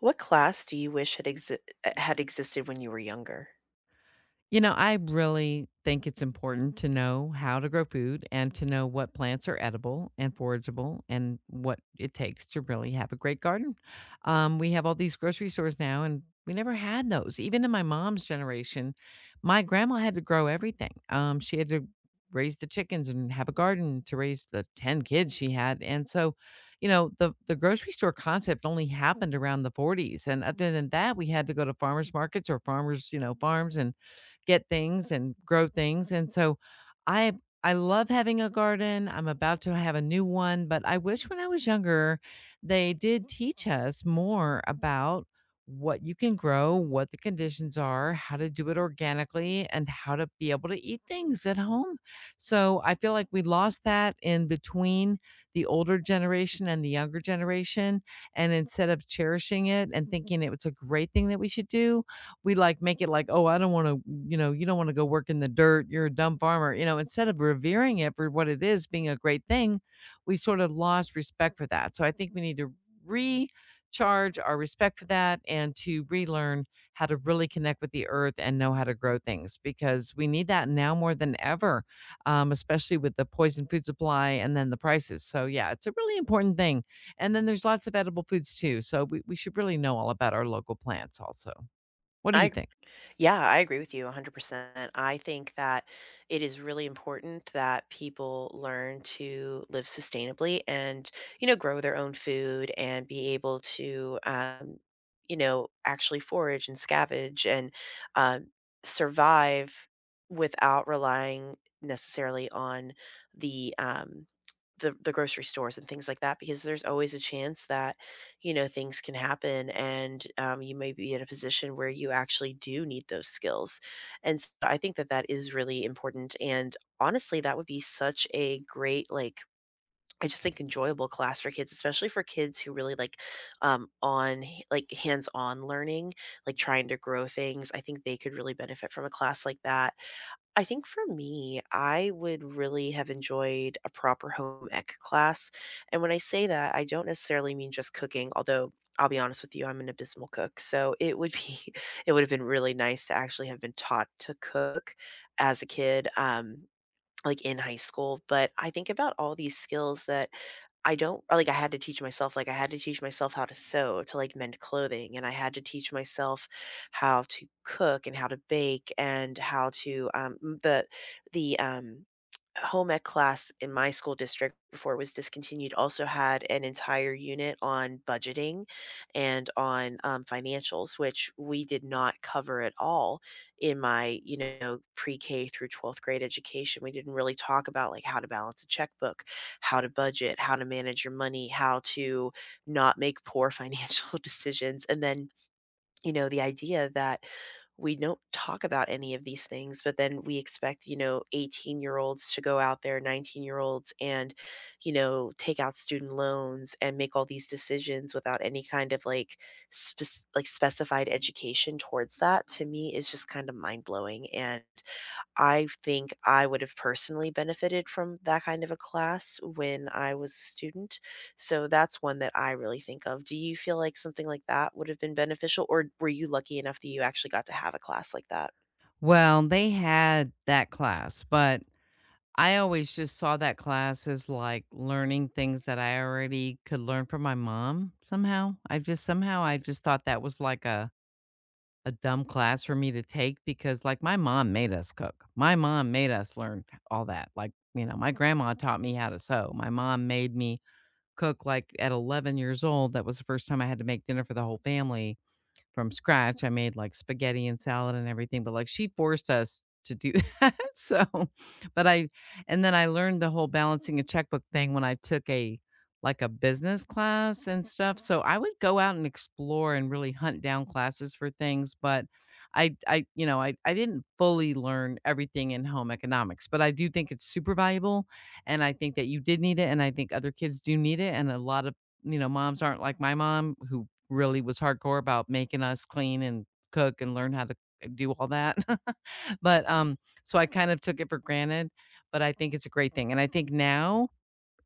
What class do you wish had existed when you were younger? You know, I really think it's important to know how to grow food and to know what plants are edible and forageable and what it takes to really have a great garden. We have all these grocery stores now, and we never had those. Even in my mom's generation, my grandma had to grow everything. She had to raise the chickens and have a garden to raise the 10 kids she had. And so, you know, the grocery store concept only happened around the 40s. And other than that, we had to go to farmers markets or farmers, farms and get things and grow things. And so I I love having a garden. I'm about to have a new one, but I wish when I was younger they did teach us more about what you can grow, what the conditions are, how to do it organically, and how to be able to eat things at home. So I feel like we lost that in between the older generation and the younger generation. And instead of cherishing it and thinking it was a great thing that we should do, we like make it like, oh, I don't want to, you know, you don't want to go work in the dirt. You're a dumb farmer. You know, instead of revering it for what it is being a great thing, we sort of lost respect for that. So I think we need to recharge our respect for that and to relearn how to really connect with the earth and know how to grow things because we need that now more than ever, especially with the poison food supply and then the prices. So, yeah, it's a really important thing. And then there's lots of edible foods too. So, we should really know all about our local plants also. What do you I think? Yeah, I agree with you 100%. I think that it is really important that people learn to live sustainably and, you know, grow their own food and be able to you know, actually forage and scavenge and um, survive without relying necessarily on the um the grocery stores and things like that because there's always a chance that you know, things can happen and you may be in a position where you actually do need those skills. And so I think that that is really important. And honestly, that would be such a great, like, I just think enjoyable class for kids, especially for kids who really like like hands-on learning, like trying to grow things. I think they could really benefit from a class like that. I think for me, I would really have enjoyed a proper home ec class. And when I say that, I don't necessarily mean just cooking, although I'll be honest with you, I'm an abysmal cook. So it would be, it would have been really nice to actually have been taught to cook as a kid. Like in high school, but I think about all these skills that I don't like I had to teach myself, like I had to teach myself how to sew to like mend clothing, and I had to teach myself how to cook and how to bake and how to m- the home ec class in my school district before it was discontinued also had an entire unit on budgeting and on financials, which we did not cover at all in my, you know, pre-k through 12th grade education. We didn't really talk about like how to balance a checkbook, how to budget, how to manage your money, how to not make poor financial decisions. And then you know, the idea that we don't talk about any of these things, but then we expect, you know, 18-year-olds to go out there, 19-year-olds, and, you know, take out student loans and make all these decisions without any kind of like, like specified education towards that, to me is just kind of mind blowing. And I think I would have personally benefited from that kind of a class when I was a student, so that's one that I really think of. Do you feel like something like that would have been beneficial, or were you lucky enough that you actually got to have a class like that? Well, they had that class, but I always just saw that class as like learning things that I already could learn from my mom somehow. I just somehow I just thought that was like a dumb class for me to take because like my mom made us cook. My mom made us learn all that. Like, you know, my grandma taught me how to sew. My mom made me cook like at 11 years old. That was the first time I had to make dinner for the whole family from scratch. I made, like, spaghetti and salad and everything, but, like, she forced us to do that, so but I and then I learned the whole balancing a checkbook thing when I took a like, a business class and stuff, so I would go out and explore and really hunt down classes for things, but I you know, I didn't fully learn everything in home economics, but I do think it's super valuable, and I think that you did need it, and I think other kids do need it, and a lot of, you know, moms aren't like my mom who really was hardcore about making us clean and cook and learn how to do all that. But so I kind of took it for granted, but I think it's a great thing, and I think now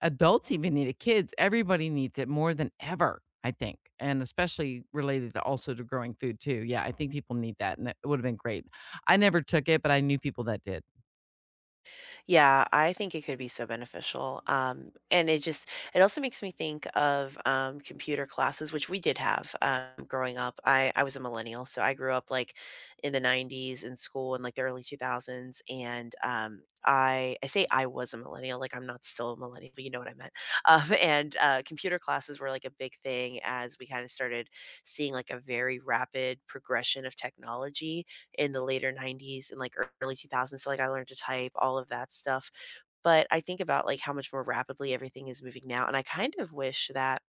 adults even need it, kids, everybody needs it more than ever, I think, and especially related to also to growing food too. Yeah, I think people need that, and it would have been great. I never took it, but I knew people that did. Yeah, I think it could be so beneficial. And it just, it also makes me think of computer classes, which we did have growing up. I was a millennial, so I grew up like in the 90s in school in like the early 2000s. And I say I was a millennial, like I'm not still a millennial, but you know what I meant. And Computer classes were like a big thing as we kind of started seeing like a very rapid progression of technology in the later 90s and like early 2000s. So like I learned to type, all of that stuff. But I think about like how much more rapidly everything is moving now. And I kind of wish that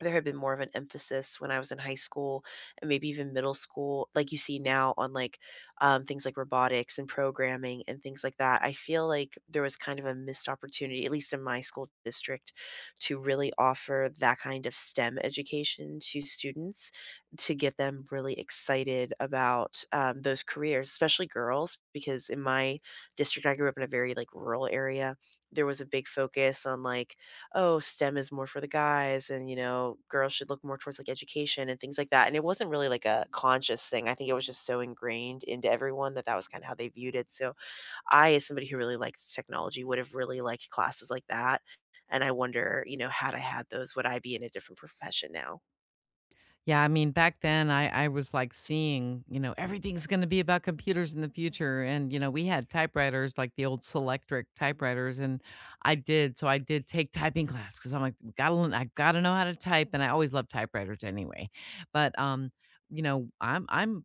there had been more of an emphasis when I was in high school and maybe even middle school, like you see now on like things like robotics and programming and things like that. I feel like there was kind of a missed opportunity, at least in my school district, to really offer that kind of STEM education to students, to get them really excited about those careers, especially girls, because in my district, I grew up in a very like rural area. There was a big focus on like, oh, STEM is more for the guys and, you know, girls should look more towards like education and things like that. And it wasn't really like a conscious thing. I think it was just so ingrained into everyone that that was kind of how they viewed it. So I, as somebody who really likes technology, would have really liked classes like that. And I wonder, you know, had I had those, would I be in a different profession now? Yeah, I mean, back then I was like seeing, you know, everything's going to be about computers in the future and you know, we had typewriters like the old Selectric typewriters and I did so I did take typing class cuz I'm like got to know how to type and I always loved typewriters anyway. But you know, I'm I'm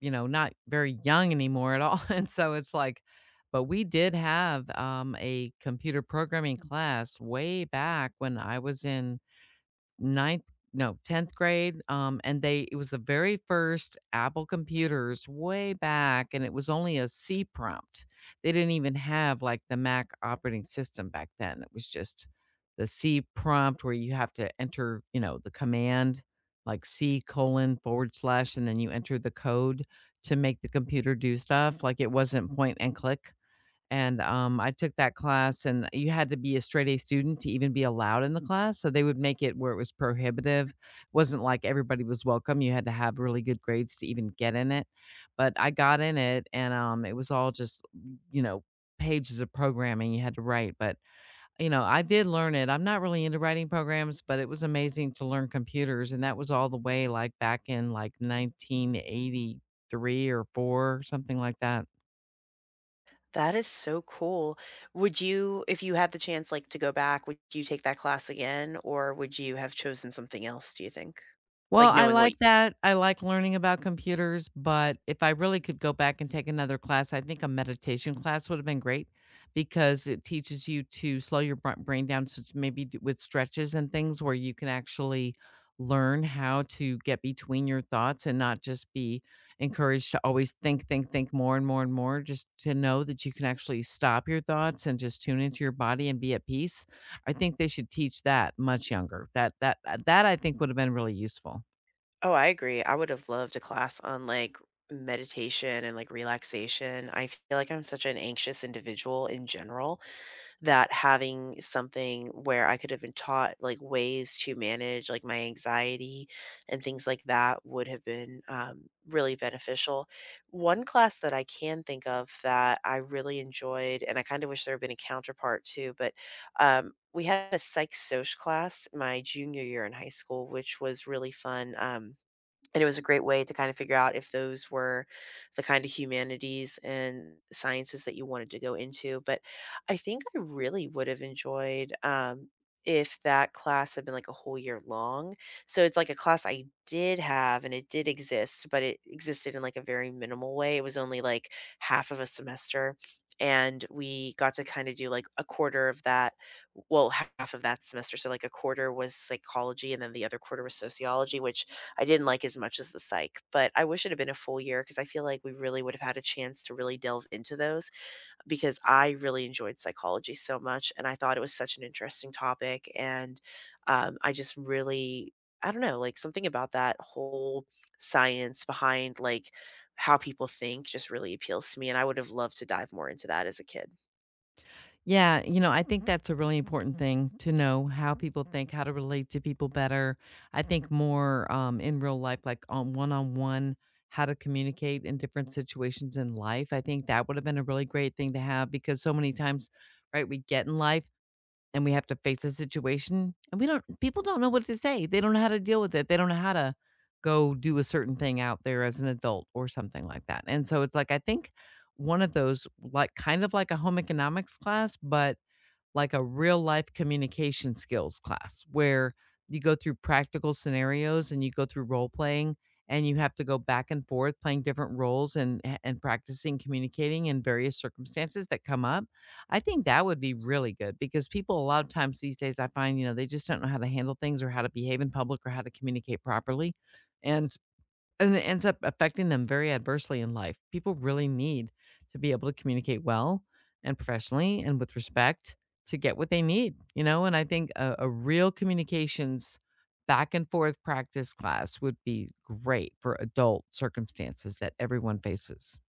you know, not very young anymore at all. And so it's like but we did have a computer programming class way back when I was in ninth no 10th grade. And they it was the very first Apple computers way back, and it was only a C prompt. They didn't even have like the Mac operating system back then. It was just the C prompt where you have to enter, you know, the command, like C colon forward slash, and then you enter the code to make the computer do stuff. Like, it wasn't point and click. And, I took that class and you had to be a straight A student to even be allowed in the class, so they would make it where it was prohibitive. Wasn't like everybody was welcome, you had to have really good grades to even get in it, but I got in it, and, it was all just, you know, pages of programming you had to write, but, you know, I did learn it. I'm not really into writing programs, but it was amazing to learn computers, and that was all the way, like, back in, like, 1983 or 4, something like that. That is so cool. Would you, if you had the chance like to go back, would you take that class again or would you have chosen something else, do you think? Well, Like I knowing what like that. I like learning about computers, but if I really could go back and take another class, I think a meditation class would have been great because it teaches you to slow your br brain down so it's maybe d with stretches and things where you can actually learn how to get between your thoughts and not just be encouraged to always think more and more and more, just to know that you can actually stop your thoughts and just tune into your body and be at peace. I think they should teach that much younger. That I think would have been really useful. Oh, I agree. I would have loved a class on like meditation and like relaxation. I feel like I'm such an anxious individual in general that having something where I could have been taught like ways to manage like my anxiety and things like that would have been really beneficial. One class that I can think of that I really enjoyed, and I kind of wish there had been a counterpart too, but we had a psych soc class my junior year in high school, which was really fun. And it was a great way to kind of figure out if those were the kind of humanities and sciences that you wanted to go into. But I think I really would have enjoyed if that class had been like a whole year long. So it's like a class I did have and it did exist, but it existed in like a very minimal way. It was only like half of a semester. And we got to kind of do like a quarter of that, well, half of that semester. So, like, a quarter was psychology, and then the other quarter was sociology, which I didn't like as much as the psych, but I wish it had been a full year because I feel like we really would have had a chance to really delve into those because I really enjoyed psychology so much and I thought it was such an interesting topic. And I just really, I don't know, like something about that whole science behind like how people think just really appeals to me. And I would have loved to dive more into that as a kid. Yeah, you know, I think that's a really important thing to know how people think, how to relate to people better. I think more in real life, like on one, how to communicate in different situations in life. I think that would have been a really great thing to have because so many times, right, we get in life and we have to face a situation and we don't people don't know what to say. They don't know how to deal with it. They don't know how to go do a certain thing out there as an adult or something like that. And so it's like I think one of those like kind of like a home economics class, but like a real life communication skills class where you go through practical scenarios and you go through role playing and you have to go back and forth playing different roles and practicing communicating in various circumstances that come up. I think that would be really good because people a lot of times these days I find, you know, they just don't know how to handle things or how to behave in public or how to communicate properly. And and it ends up affecting them very adversely in life. People really need to be able to communicate well and professionally and with respect to get what they need, you know? And I think a real communications back and forth practice class would be great for adult circumstances that everyone faces.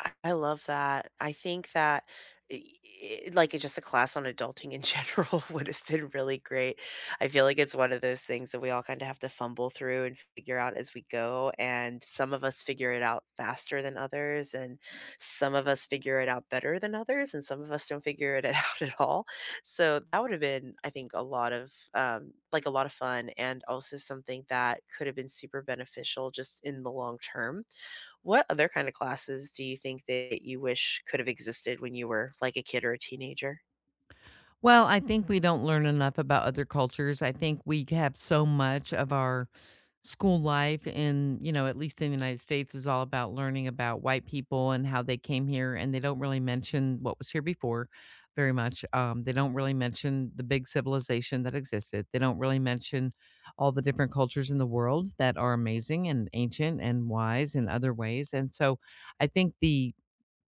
I love that. I think that I like, it's just a class on adulting in general would have been really great. I feel like it's one of those things that we all kind of have to fumble through and figure out as we go, and some of us figure it out faster than others, and some of us figure it out better than others, and some of us don't figure it out at all. So that would have been, I think, a lot of, like, a lot of fun and also something that could have been super beneficial just in the long term. What other kind of classes do you think that you wish could have existed when you were like a kid or a teenager? Well, I think we don't learn enough about other cultures. I think we have so much of our school life in, you know, at least in the United States is all about learning about white people and how they came here and they don't really mention what was here before very much. They don't really mention the big civilization that existed. They don't really mention all the different cultures in the world that are amazing and ancient and wise in other ways. And so I think the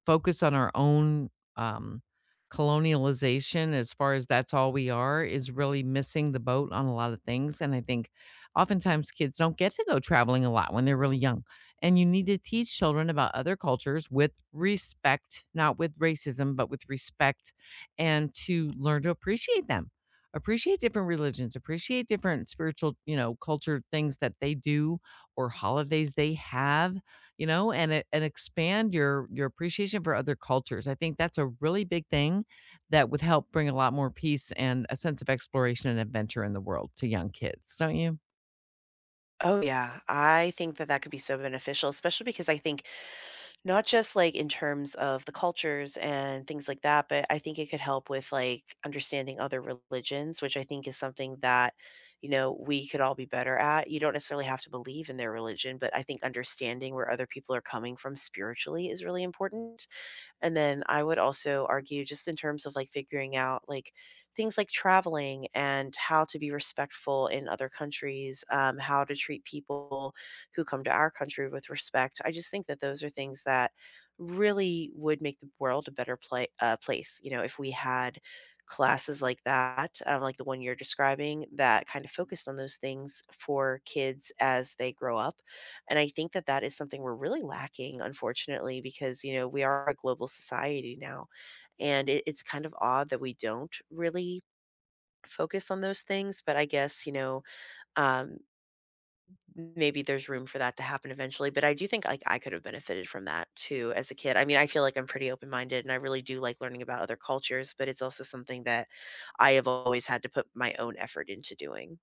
focus on our own um, colonialization as far as that's all we are is really missing the boat on a lot of things. And I think oftentimes kids don't get to go traveling a lot when they're really young. And you need to teach children about other cultures with respect, not with racism, but with respect, and to learn to appreciate them. Appreciate different religions, appreciate different spiritual, you know, culture things that they do or holidays they have you know, and it and expand your appreciation for other cultures. I think that's a really big thing that would help bring a lot more peace and a sense of exploration and adventure in the world to young kids, don't you? Oh, yeah. I think that that could be so beneficial, especially because I think, not just, like, in terms of the cultures and things like that, but I think it could help with, like, understanding other religions, which I think is something that, you know, we could all be better at. You don't necessarily have to believe in their religion, but I think understanding where other people are coming from spiritually is really important. And then I would also argue just in terms of like figuring out like things like traveling and how to be respectful in other countries, how to treat people who come to our country with respect. I just think that those are things that really would make the world a better place. You know, if we had classes like that, like the one you're describing, that kind of focused on those things for kids as they grow up. And I think that that is something we're really lacking, unfortunately, because, you know, we are a global society now. And it's kind of odd that we don't really focus on those things. But I guess, you know, um, maybe there's room for that to happen eventually. But I do think like I could have benefited from that too as a kid. I mean, I feel like I'm pretty open minded and I really do like learning about other cultures, but it's also something that I have always had to put my own effort into doing.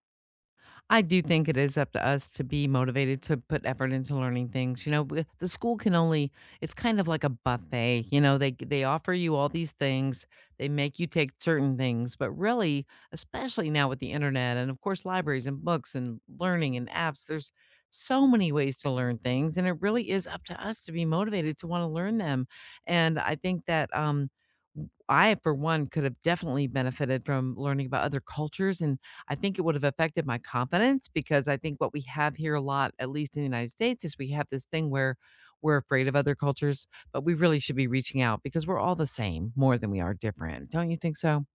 I do think it is up to us to be motivated to put effort into learning things. You know, the school can only it's kind of like a buffet, you know, they offer you all these things, they make you take certain things, but really, especially now with the internet and of course libraries and books and learning and apps, there's so many ways to learn things and it really is up to us to be motivated to want to learn them. And I think that I, for one, could have definitely benefited from learning about other cultures and I think it would have affected my confidence because I think what we have here a lot, at least in the United States, is we have this thing where we're afraid of other cultures, but we really should be reaching out because we're all the same more than we are different. Don't you think so?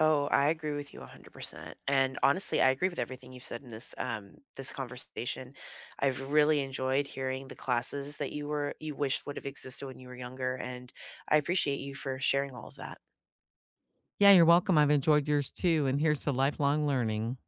Oh, I agree with you 100%. And honestly, I agree with everything you've said in this conversation. I've really enjoyed hearing the classes that you wished would have existed when you were younger, and I appreciate you for sharing all of that. Yeah, you're welcome. I've enjoyed yours too. And here's to lifelong learning.